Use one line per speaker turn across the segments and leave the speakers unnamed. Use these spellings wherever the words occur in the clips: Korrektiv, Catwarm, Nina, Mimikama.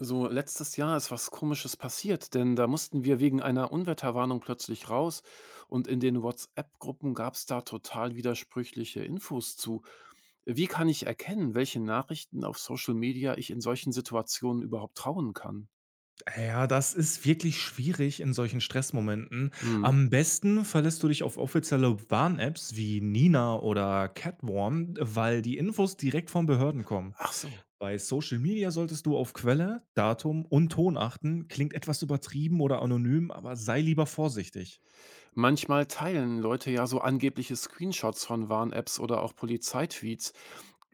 So, letztes Jahr ist was Komisches passiert, denn da mussten wir wegen einer Unwetterwarnung plötzlich raus und in den WhatsApp-Gruppen gab es da total widersprüchliche Infos zu. Wie kann ich erkennen, welche Nachrichten auf Social Media ich in solchen Situationen überhaupt trauen kann?
Ja, das ist wirklich schwierig in solchen Stressmomenten.
Mhm.
Am besten verlässt du dich auf offizielle Warn-Apps wie Nina oder Catwarm, weil die Infos direkt von Behörden kommen.
Ach so.
Bei Social Media solltest du auf Quelle, Datum und Ton achten. Klingt etwas übertrieben oder anonym, aber sei lieber vorsichtig.
Manchmal teilen Leute ja so angebliche Screenshots von Warn-Apps oder auch Polizeitweets.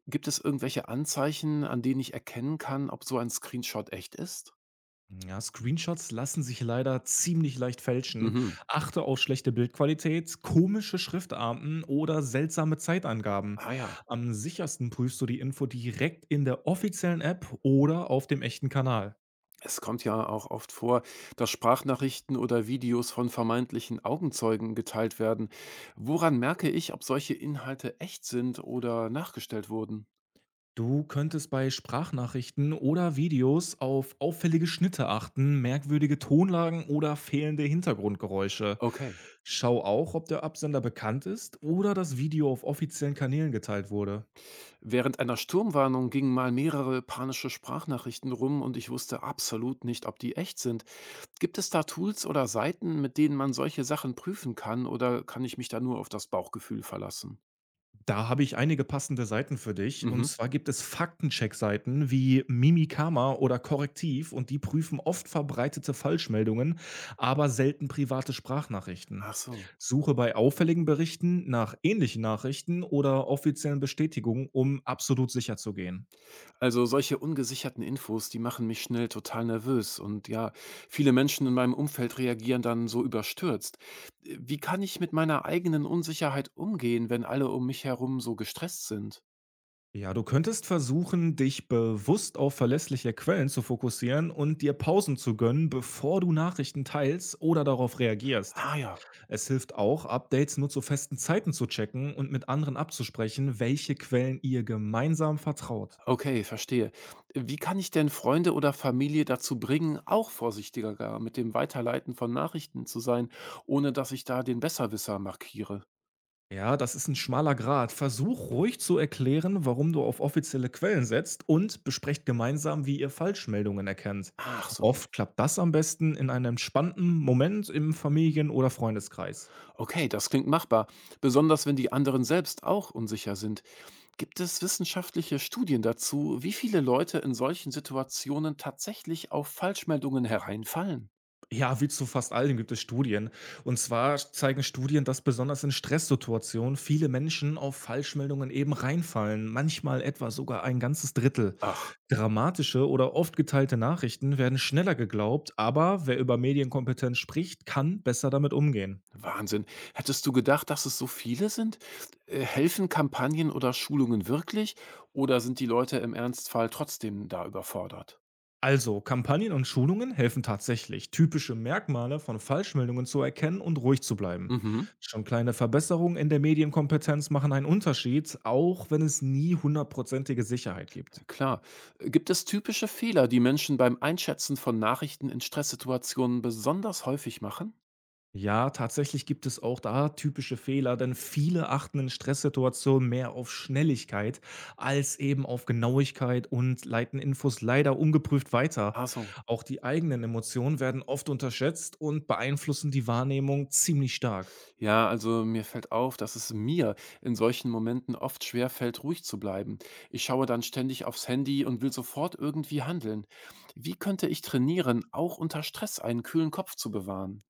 Gibt es irgendwelche Anzeichen, an denen ich erkennen kann, ob so ein Screenshot echt ist?
Ja, Screenshots lassen sich leider ziemlich leicht fälschen.
Mhm.
Achte auf schlechte Bildqualität, komische Schriftarten oder seltsame Zeitangaben.
Ah ja.
Am sichersten prüfst du die Info direkt in der offiziellen App oder auf dem echten Kanal.
Es kommt ja auch oft vor, dass Sprachnachrichten oder Videos von vermeintlichen Augenzeugen geteilt werden. Woran merke ich, ob solche Inhalte echt sind oder nachgestellt wurden?
Du könntest bei Sprachnachrichten oder Videos auf auffällige Schnitte achten, merkwürdige Tonlagen oder fehlende Hintergrundgeräusche.
Okay.
Schau auch, ob der Absender bekannt ist oder das Video auf offiziellen Kanälen geteilt wurde.
Während einer Sturmwarnung gingen mal mehrere panische Sprachnachrichten rum und ich wusste absolut nicht, ob die echt sind. Gibt es da Tools oder Seiten, mit denen man solche Sachen prüfen kann oder kann ich mich da nur auf das Bauchgefühl verlassen?
Da habe ich einige passende Seiten für dich. Und
Mhm.
zwar gibt es Faktencheck-Seiten wie Mimikama oder Korrektiv und die prüfen oft verbreitete Falschmeldungen, aber selten private Sprachnachrichten.
Ach so.
Suche bei auffälligen Berichten nach ähnlichen Nachrichten oder offiziellen Bestätigungen, um absolut sicher zu gehen.
Also solche ungesicherten Infos, die machen mich schnell total nervös und ja, viele Menschen in meinem Umfeld reagieren dann so überstürzt. Wie kann ich mit meiner eigenen Unsicherheit umgehen, wenn alle um mich herum so gestresst sind?
Ja, du könntest versuchen, dich bewusst auf verlässliche Quellen zu fokussieren und dir Pausen zu gönnen, bevor du Nachrichten teilst oder darauf reagierst.
Ah ja,
Es hilft auch, Updates nur zu festen Zeiten zu checken und mit anderen abzusprechen, welche Quellen ihr gemeinsam vertraut.
okay, verstehe. Wie kann ich denn Freunde oder Familie dazu bringen, auch vorsichtiger gar mit dem Weiterleiten von Nachrichten zu sein, ohne dass ich da den Besserwisser markiere?
Ja, das ist ein schmaler Grat. Versuch ruhig zu erklären, warum du auf offizielle Quellen setzt und besprecht gemeinsam, wie ihr Falschmeldungen erkennt.
Ach so,
Oft klappt das am besten in einem entspannten Moment im Familien- oder Freundeskreis.
okay, das klingt machbar, besonders wenn die anderen selbst auch unsicher sind. Gibt es wissenschaftliche Studien dazu, wie viele Leute in solchen Situationen tatsächlich auf Falschmeldungen hereinfallen?
Ja, wie zu fast allem gibt es Studien. Und zwar zeigen Studien, dass besonders in Stresssituationen viele Menschen auf Falschmeldungen eben reinfallen, manchmal etwa sogar ein ganzes Drittel.
Ach,
Dramatische oder oft geteilte Nachrichten werden schneller geglaubt, aber wer über Medienkompetenz spricht, kann besser damit umgehen.
Wahnsinn. Hättest du gedacht, dass es so viele sind? Helfen Kampagnen oder Schulungen wirklich? Oder sind die Leute im Ernstfall trotzdem da überfordert?
Also, Kampagnen und Schulungen helfen tatsächlich, typische Merkmale von Falschmeldungen zu erkennen und ruhig zu bleiben.
Mhm,
Schon kleine Verbesserungen in der Medienkompetenz machen einen Unterschied, auch wenn es nie hundertprozentige Sicherheit gibt.
klar. Gibt es typische Fehler, die Menschen beim Einschätzen von Nachrichten in Stresssituationen besonders häufig machen?
Ja, tatsächlich gibt es auch da typische Fehler, denn viele achten in Stresssituationen mehr auf Schnelligkeit als eben auf Genauigkeit und leiten Infos leider ungeprüft weiter.
Ach so.
Auch die eigenen Emotionen werden oft unterschätzt und beeinflussen die Wahrnehmung ziemlich stark.
Ja, also mir fällt auf, dass es mir in solchen Momenten oft schwer fällt, ruhig zu bleiben. Ich schaue dann ständig aufs Handy und will sofort irgendwie handeln. Wie könnte ich trainieren, auch unter Stress einen kühlen Kopf zu bewahren?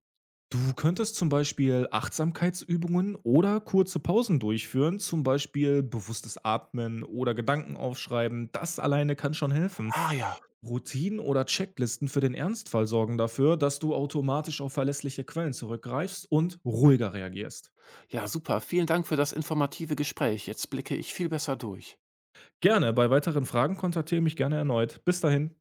Du könntest zum Beispiel Achtsamkeitsübungen oder kurze Pausen durchführen, zum Beispiel bewusstes Atmen oder Gedanken aufschreiben. Das alleine kann schon helfen.
Ah ja,
Routinen oder Checklisten für den Ernstfall sorgen dafür, dass du automatisch auf verlässliche Quellen zurückgreifst und ruhiger reagierst.
ja, super. Vielen Dank für das informative Gespräch. Jetzt blicke ich viel besser durch.
Gerne, bei weiteren Fragen kontaktiere mich gerne erneut. Bis dahin.